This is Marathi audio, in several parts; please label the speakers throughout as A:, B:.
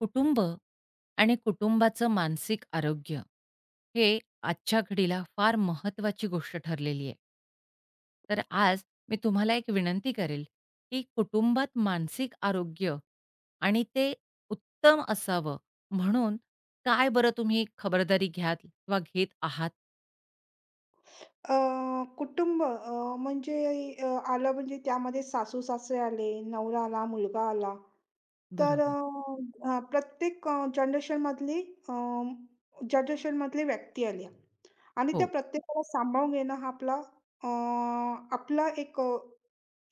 A: कुटुंब आणि कुटुंबाचं मानसिक आरोग्य हे आजच्या घडीला फार महत्त्वाची गोष्ट ठरलेली आहे. तर आज मी तुम्हाला एक विनंती करेल, की कुटुंबात मानसिक आरोग्य आणि ते उत्तम असावं म्हणून काय बरं तुम्ही खबरदारी घ्याल किंवा घेत आहात?
B: अ, कुटुंब म्हणजे अ, आलं म्हणजे त्यामध्ये सासू-सासरे आले, नवरा आला, मुलगा आला. तर
A: बरोबर.
B: हां, प्रत्येक जनरेशनमधली अ, जनरेशनमधली व्यक्ती आली आणि त्या
A: हो,
B: प्रत्येकाला सांभाळून घेणं हा आपला एक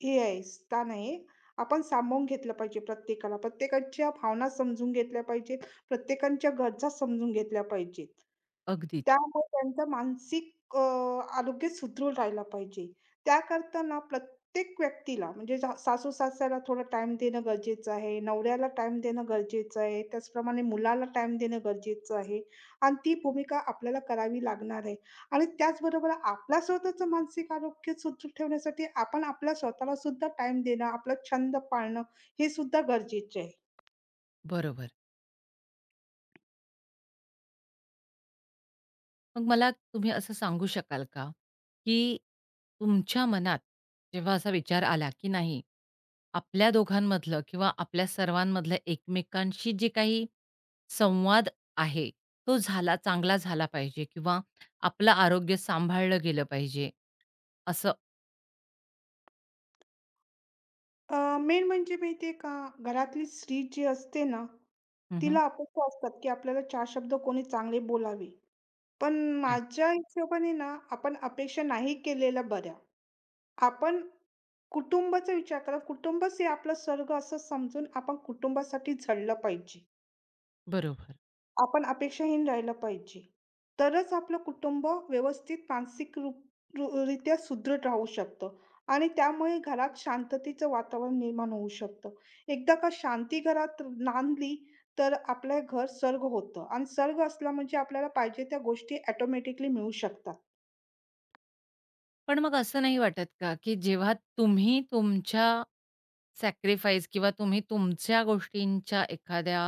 B: हे आहे, स्थान आहे. आपण सांभाळून घेतलं पाहिजे प्रत्येकाला. प्रत्येकाच्या भावना समजून घेतल्या पाहिजेत, प्रत्येकाच्या गरजा समजून घेतल्या पाहिजेत.
A: अगदीच.
B: त्यामुळे त्यांचं मानसिक आरोग्य सुदृढ राहिलं पाहिजे. त्याकरता ना प्रत्येक व्यक्तीला म्हणजे सासू-सासऱ्याला थोडा टाइम देणं गरजेचं आहे, नवऱ्याला टाइम देणं गरजेचं आहे, त्याचप्रमाणे मुलाला टाइम देणं गरजेचं आहे आणि ती भूमिका आपल्याला करावी लागणार आहे. आणि त्याचबरोबर आपला स्वतःचं मानसिक आरोग्य सुदृढ ठेवण्यासाठी आपण आपल्या स्वतःला सुद्धा टाइम देणं, आपला छंद पाळणं हे सुद्धा गरजेचे आहे.
A: बरोबर. मग मला तुम्ही असं सांगू शकाल का, की तुमच्या मनात जेव्हा असा विचार आला, की नाही आपल्या दोघांमधलं किंवा आपल्या सर्वांमधलं एकमेकांशी जे काही संवाद आहे, तो झाला चांगला झाला पाहिजे किंवा आपलं आरोग्य सांभाळलं गेलं पाहिजे, असं
B: मेन म्हणजे माहिती का, घरातली स्त्री जी असते ना,
A: हं, हं.
B: तिला अपेक्षा असतात की आपल्याला चार शब्द कोणी चांगले बोलावे. पण माझ्या हिशोबाने ना, आपण अपेक्षा नाही केलेल्या बऱ्या. आपण कुटुंबाचा विचार करा. कुटुंबच हे आपलं स्वर्ग असं समजून आपण कुटुंबासाठी झडलं पाहिजे.
A: बरोबर.
B: आपण अपेक्षाहीन राहिलं पाहिजे. तरच आपलं कुटुंब व्यवस्थित मानसिक रूप रित्या सुदृढ राहू शकतं आणि त्यामुळे घरात शांततेचं वातावरण निर्माण होऊ शकतं. एकदा का शांती घरात नांदली, तर आपलं घर स्वर्ग होतं आणि स्वर्ग असला म्हणजे आपल्याला पाहिजे त्या गोष्टी ऑटोमॅटिकली मिळू शकतात.
A: पण मग असं नाही वाटत का, की जेव्हा तुम्ही तुमच्या सॅक्रिफाईस किंवा तुम्ही तुमच्या गोष्टींच्या एखाद्या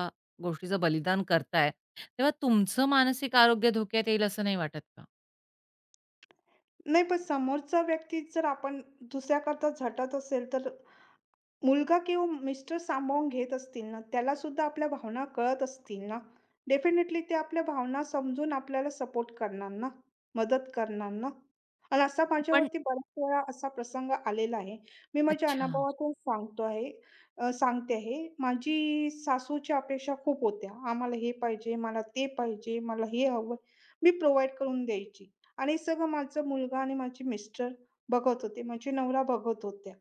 A: गोष्टीचं बलिदान करताय, तेव्हा तुमचं मानसिक आरोग्य धोक्यात येईल असं नाही वाटत का?
B: नाही, पण समोरचा व्यक्ती जर आपण दुसऱ्याकरता झटत असेल, तर मुलगा किंवा मिस्टर सामावून घेत असतील ना, त्यालासुद्धा आपल्या भावना कळत असतील ना, डेफिनेटली ते आपल्या भावना समजून आपल्याला सपोर्ट करणार ना, मदत करणार ना. आणि असा
A: हो, पण
B: माझ्यावरती बऱ्याच वेळा असा प्रसंग आलेला आहे. मी माझ्या
A: अच्छा.
B: अनुभवातून सांगतो आहे अ, सांगते आहे. माझी सासूच्या अपेक्षा खूप होत्या. आम्हाला हे पाहिजे, मला ते पाहिजे, मला हे हवं. मी प्रोव्हाईड करून द्यायची आणि सगळं माझा मुलगा आणि माझे मिस्टर बघत होते, माझे नवरा बघत होत्या.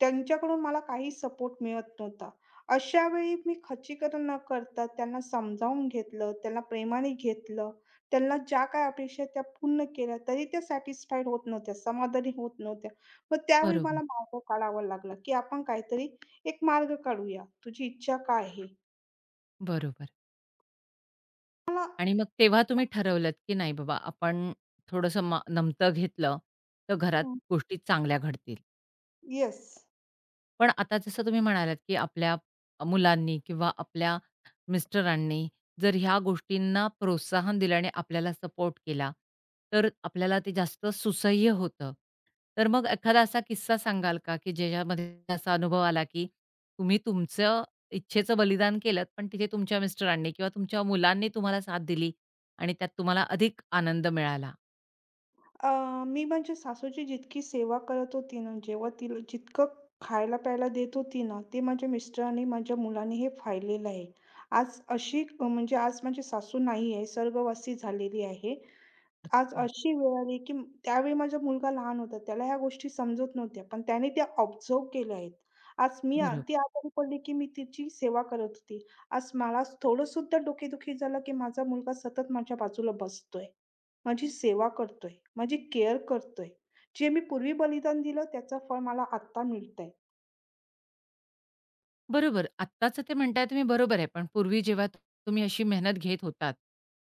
B: त्यांच्याकडून मला काही सपोर्ट मिळत नव्हता. अशावेळी मी खच्चीकरण न करता त्यांना समजावून घेतलं, त्यांना प्रेमाने घेतलं. त्यांना ज्या काही अपेक्षा त्या पूर्ण केल्या, तरी त्या सॅटिस्फाईड होत नव्हत्या, समाधानी होत नव्हत्या. मग त्यावेळी
A: बरोबर,
B: मला मार्ग काढावा लागला, की आपण काहीतरी एक मार्ग काढूया. तुझी इच्छा काय आहे?
A: बरोबर.
B: मला
A: आणि मग तेव्हा तुम्ही ठरवलत, की नाही बाबा आपण थोडंसं नमतं घेतलं, तर घरात गोष्टी चांगल्या घडतील.
B: येस.
A: पण आता जसं तुम्ही म्हणालात, की आपल्या मुलांनी किंवा आपल्या मिस्टरांनी जर ह्या गोष्टींना प्रोत्साहन दिलं आणि आपल्याला सपोर्ट केला, तर आपल्याला ते जास्त सुसह्य होतं. तर मग एखादा असा किस्सा सांगाल का, की ज्याच्यामध्ये असा अनुभव आला, की तुम्ही तुमचं इच्छेचं बलिदान केलत, पण तिथे तुमच्या मिस्टरांनी किंवा तुमच्या मुलांनी तुम्हाला साथ दिली आणि त्यात तुम्हाला अधिक आनंद मिळाला?
B: मी म्हणजे सासूची जितकी सेवा करत होती ना, जेव्हा तिला जितकं खायला प्यायला देत होती ना, ते माझ्या मिस्टरांनी, माझ्या मुलांनी हे पाहिलेलं आहे. म्हणजे आज माझी सासू नाही आहे, स्वर्गवासी झालेली आहे. आज अशी वेळ आली, की त्यावेळी माझा मुलगा लहान होता. त्याला ह्या गोष्टी समजत नव्हत्या, पण त्याने त्या ऑब्झर्व्ह केल्या आहेत. आज मी आ ती
A: बरोबर.
B: आजारी पडली, की मी तिची सेवा करत होती. आज मला थोडंसुद्धा डोकेदुखी झालं, की माझा मुलगा सतत माझ्या बाजूला बसतोय. माझी सेवा करतोय, माझी केअर करतोय. जे मी पूर्वी बलिदान दिलं त्याचं फळ मला आत्ता मिळतंय.
A: बरोबर. आत्ताचं ते म्हणताय तुम्ही बरोबर आहे. पण पूर्वी जेव्हा तुम्ही अशी मेहनत घेत होतात,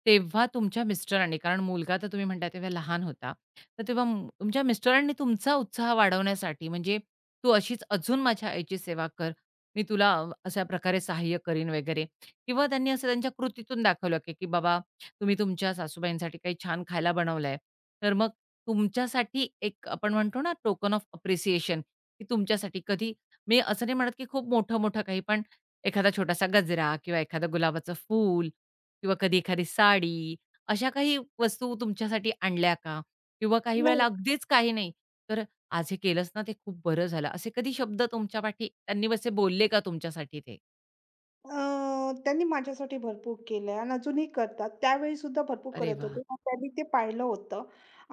A: तेव्हा तुमच्या मिस्टरांनी कारण मुलगा तर तुम्ही म्हणताय तेव्हा लहान होता. तर तेव्हा तुमच्या मिस्टरांनी तुमचा उत्साह वाढवण्यासाठी म्हणजे "तू अशीच अजून माझ्या आईची सेवा कर. मी तुला अशा प्रकारे सहाय्य करीन" वगैरे किंवा त्यांनी असं त्यांच्या कृतीतून दाखवलं, की की बाबा तुम्ही तुमच्या सासूबाईंसाठी काही छान खायला बनवलंय. तर मग तुमच्यासाठी एक आपण म्हणतो ना, टोकन ऑफ अप्रिसिएशन की तुमच्यासाठी कधी मी असं नाही म्हणत, की खूप मोठं-मोठं काही, पण एखादा छोटासा गजरा किंवा एखादं गुलाबाचं फूल किंवा कधी एखादी साडी, अशा काही वस्तू तुमच्यासाठी आणल्या का? किंवा काही वेळेला
B: नाही
A: अगदीच काही नाही, तर "आज हे केलंस ना, ते खूप बरं झालं." असे कधी शब्द तुमच्या पाठी त्यांनी असे बोलले का तुमच्यासाठी ते?
B: अ, त्यांनी माझ्यासाठी भरपूर केलं आहे आणि अजूनही करतात. त्यावेळीसुद्धा भरपूर
A: अरे
B: करत
A: वाह!
B: होते. पण त्यांनी ते पाहिलं होतं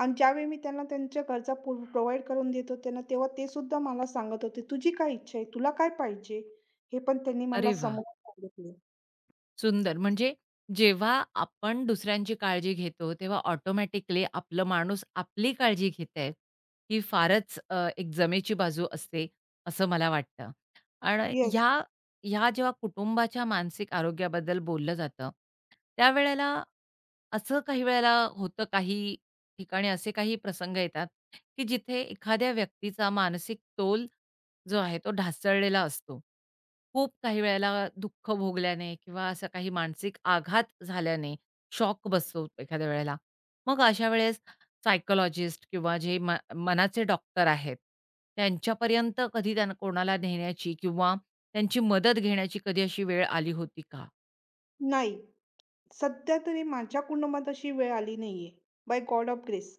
B: आणि ज्यावेळी मी त्यांना त्यांच्या गरजा प्रोव्हाईड करून देत होते ना, तेव्हा ते सुद्धा मला सांगत होते, "तुझी काय इच्छा आहे? तुला काय पाहिजे?" हे पण त्यांनी
A: अरे
B: मला
A: वाह!
B: समोर सांगितले.
A: सुंदर. म्हणजे जेव्हा आपण दुसऱ्यांची काळजी घेतो, तेव्हा ऑटोमॅटिकली आपलं माणूस आपली काळजी घेतंय, ही फारच एक जमेची बाजू असते, असं मला वाटतं. आणि
B: येस.
A: ह्या ह्या जेव्हा कुटुंबाच्या मानसिक आरोग्याबद्दल बोललं जातं, त्यावेळेला असं काही वेळेला होतं, काही ठिकाणी असे काही प्रसंग येतात, की जिथे एखाद्या व्यक्तीचा मानसिक तोल जो आहे तो ढासळलेला असतो. खूप काही वेळेला दुःख भोगल्याने किंवा असा काही मानसिक आघात झाल्याने शॉक बसतो एखाद्या वेळेला. मग अशा वेळेस सायकॉलॉजिस्ट किंवा जे मनाचे डॉक्टर आहेत, त्यांच्यापर्यंत कधी त्यांना कोणाला नेण्याची किंवा त्यांची मदत घेण्याची कधी अशी वेळ आली होती का?
B: नाही. सध्या तरी माझ्या कुटुंबात अशी वेळ आली नाहीये, बाय गॉड ऑफ ग्रेस.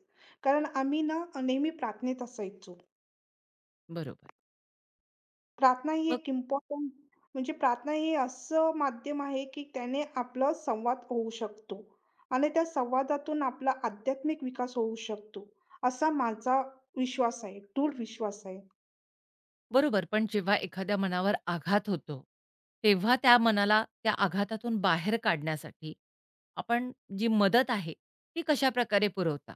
B: कारण आम्ही ना नेहमी प्रार्थनेत असायचो.
A: बरोबर.
B: प्रार्थना ही
A: मग
B: एक इम्पोर्टंट म्हणजे प्रार्थना हे असं माध्यम आहे, की त्याने आपला संवाद होऊ शकतो आणि त्या संवादातून आपला आध्यात्मिक विकास होऊ शकतो, असा माझा विश्वास आहे, दृढ विश्वास आहे.
A: बरोबर. पण जेव्हा एखाद्या मनावर आघात होतो, तेव्हा त्या मनाला त्या आघातातून बाहेर काढण्यासाठी आपण जी मदत आहे, ती कशाप्रकारे पुरवता?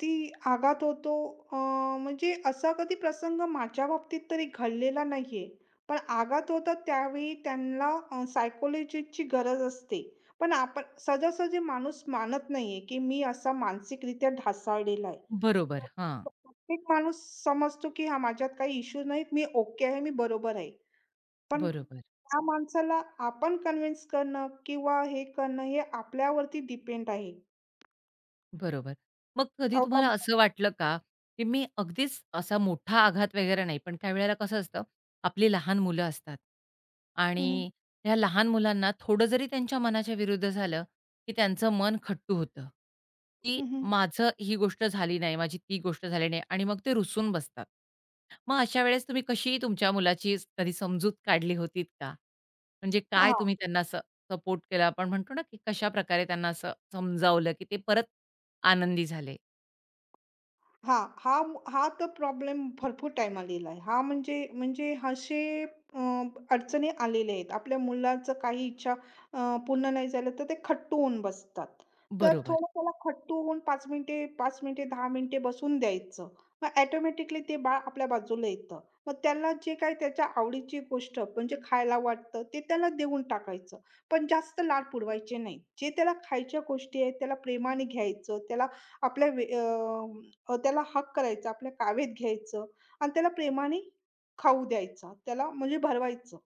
B: ती आघात होतो अ, म्हणजे असा कधी प्रसंग माझ्या बाबतीत तरी घडलेला नाहीये. पण आघात होतात त्यावेळी त्यांना सायकॉलॉजिस्टची गरज असते. पण आपण सहजासहजी माणूस मानत नाहीये, की मी असा मानसिकरित्या ढासळलेला आहे.
A: बरोबर. हां,
B: प्रत्येक माणूस समजतो, की हा माझ्यात काही इश्यू नाहीत, मी ओके आहे, मी बरोबर आहे. पण
A: बरोबर.
B: त्या माणसाला आपण कन्विन्स करणं किंवा हे करणं हे आपल्यावरती डिपेंड आहे.
A: बरोबर. मग कधी तुम्हाला
B: अवलंबून आहे.
A: असं वाटलं का, की मी अगदीच असा मोठा आघात वगैरे नाही, पण काही वेळेला कसं असतं, आपली लहान मुलं असतात आणि
B: हं,
A: ह्या लहान मुलांना थोडं जरी त्यांच्या मनाच्या विरुद्ध झालं, की त्यांचं मन खट्टू होतं, की माझं ही गोष्ट झाली नाही, माझी ती गोष्ट झाली नाही आणि मग ते रुसून बसतात. मग अशा वेळेस तुम्ही कशी तुमच्या मुलाची कधी समजूत काढली होतीत का? म्हणजे काय तुम्ही त्यांना सपोर्ट केला. आपण म्हणतो ना, की कशाप्रकारे त्यांना असं समजावलं, की ते परत आनंदी झाले.
B: हां, हा हा तर प्रॉब्लेम भरपूर टाइम आलेला आहे. हा म्हणजे म्हणजे असे अ, अडचणी आलेल्या आहेत. आपल्या मुलाचं काही इच्छा पूर्ण नाही झालं तर ते खट्टू होऊन बसतात. तर
A: बरोबर.
B: थोडं त्याला खट्टू होऊन 5 मिनिटे 10 मिनिटे बसून द्यायचं. मग ऑटोमॅटिकली ते बाळ आपल्या बाजूला येतं. मग त्याला जे काही त्याच्या आवडीची गोष्ट म्हणजे खायला वाटतं ते त्याला देऊन टाकायचं. पण जास्त लाड पुरवायचे नाही. जे त्याला खायच्या गोष्टी आहेत त्याला प्रेमाने घ्यायचं. आपल्या त्याला हग करायचा, आपल्या कावेत घ्यायचं आणि त्याला प्रेमाने खाऊ द्यायचा. त्याला म्हणजे भरवायचं.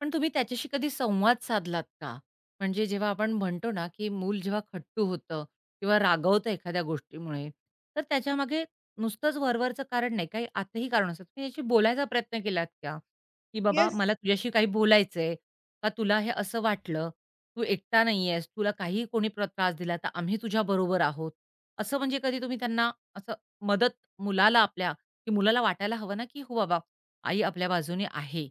A: पण तुम्ही त्याच्याशी कधी संवाद साधलात का? म्हणजे जेव्हा आपण म्हणतो ना, की मूल जेव्हा खट्टू होतं किंवा रागवतं एखाद्या गोष्टीमुळे, तर त्याच्यामागे नुसतंच वरवरचं कारण नाही, काही आतही कारण असतं. तुम्ही त्याच्याशी बोलायचा प्रयत्न केलात का? की "बाबा,
B: "येस,
A: मला तुझ्याशी काही बोलायचंय का? तुला हे असं वाटलं, तू एकटा नाही तुला काहीही कोणी त्रास दिला तर आम्ही तुझ्याबरोबर आहोत." असं म्हणजे कधी तुम्ही त्यांना असं मदत मुलाला आपल्या, की मुलाला वाटायला हवं ना, की "हो बाबा, आई आपल्या बाजूने आहे."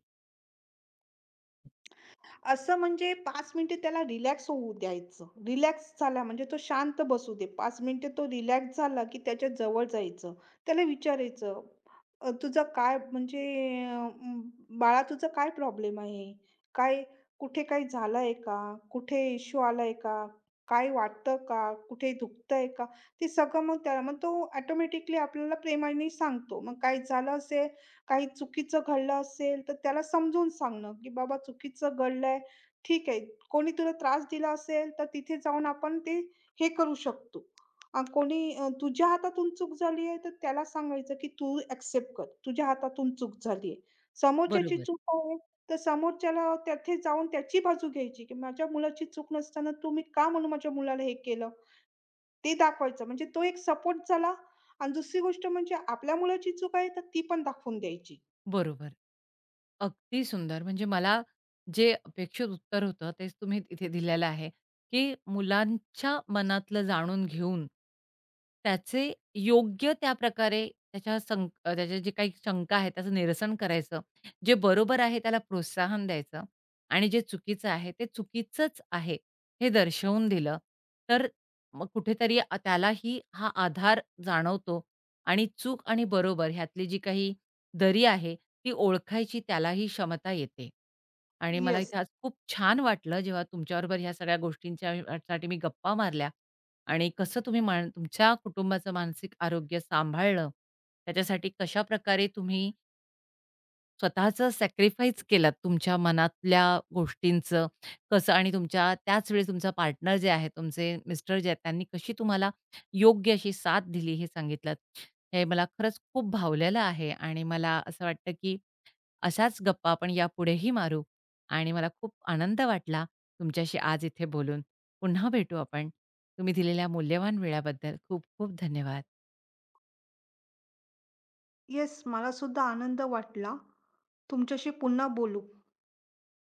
B: असं म्हणजे 5 मिनिटे त्याला रिलॅक्स होऊ द्यायचं. रिलॅक्स झाला म्हणजे तो शांत बसू दे. 5 मिनिटे तो रिलॅक्स झाला, की त्याच्या जवळ जायचं. त्याला विचारायचं, तुझं काय म्हणजे अ, म, बाळा तुझा काय प्रॉब्लेम आहे? काय कुठे काही झालंय का? कुठे इश्यू आलाय का? काय वाटतं का? कुठे दुखतंय का?" ते सगळं मग त्याला मग तो ऑटोमॅटिकली आपल्याला प्रेमाने सांगतो. मग काय झालं असेल काही चुकीचं घडलं असेल, तर त्याला समजून सांगणं, की "बाबा चुकीचं घडलंय, ठीक आहे. कोणी तुला त्रास दिला असेल, तर तिथे जाऊन आपण हे करू शकतो." कोणी तुझ्या हातातून चूक झाली आहे, तर त्याला सांगायचं, की "तू एक्सेप्ट कर. तुझ्या हातातून चूक झाली आहे." समोरच्याची
A: बरोबर.
B: चूक आहे, तर समोरच्याला तेथे जाऊन त्याची बाजू घ्यायची, की "माझ्या मुलाची चूक नसताना तुम्ही का म्हणून माझ्या मुलाला हे केलं?" ते दाखवायचं. म्हणजे तो एक सपोर्ट झाला आणि दुसरी गोष्ट म्हणजे आपल्या मुलाची चूक आहे, तर ती पण दाखवून द्यायची.
A: बरोबर. अगदी सुंदर. म्हणजे मला जे अपेक्षित उत्तर होतं तेच तुम्ही इथे दिलेलं आहे, की मुलांच्या मनातलं जाणून घेऊन, त्याचे योग्य त्या प्रकारे त्याच्या त्याच्या जे काही शंका आहे त्याचं निरसन करायचं. जे बरोबर आहे त्याला प्रोत्साहन द्यायचं आणि जे चुकीचं आहे ते चुकीचंच आहे हे दर्शवून दिलं, तर मग कुठेतरी त्यालाही हा आधार जाणवतो आणि चूक आणि बरोबर ह्यातली जी काही दरी आहे ती ओळखायची त्यालाही क्षमता येते. आणि मला
B: येस,
A: इथे आज खूप छान वाटलं जेव्हा तुमच्याबरोबर ह्या सगळ्या गोष्टींच्या साठी मी गप्पा मारल्या आणि कसं तुम्ही तुमच्या कुटुंबाचं मानसिक आरोग्य सांभाळलं. त्याच्यासाठी कशाप्रकारे तुम्ही स्वतःचं सॅक्रिफाईस केलात तुमच्या मनातल्या गोष्टींचं कसं आणि तुमच्या त्याच वेळी तुमचा पार्टनर जे आहे, तुमचे मिस्टर जे आहेत त्यांनी कशी तुम्हाला योग्य अशी साथ दिली हे सांगितलंत. हे मला खरंच खूप भावलेलं आहे आणि मला असं वाटतं की अशाच गप्पा आपण यापुढेही मारू आणि मला खूप आनंद वाटला तुमच्याशी आज इथे बोलून. पुन्हा भेटू आपण. तुम्ही दिलेल्या मूल्यवान वेळाबद्दल खूप खूप धन्यवाद.
B: येस. मला सुद्धा आनंद वाटला. तुमच्याशी पुन्हा बोलू.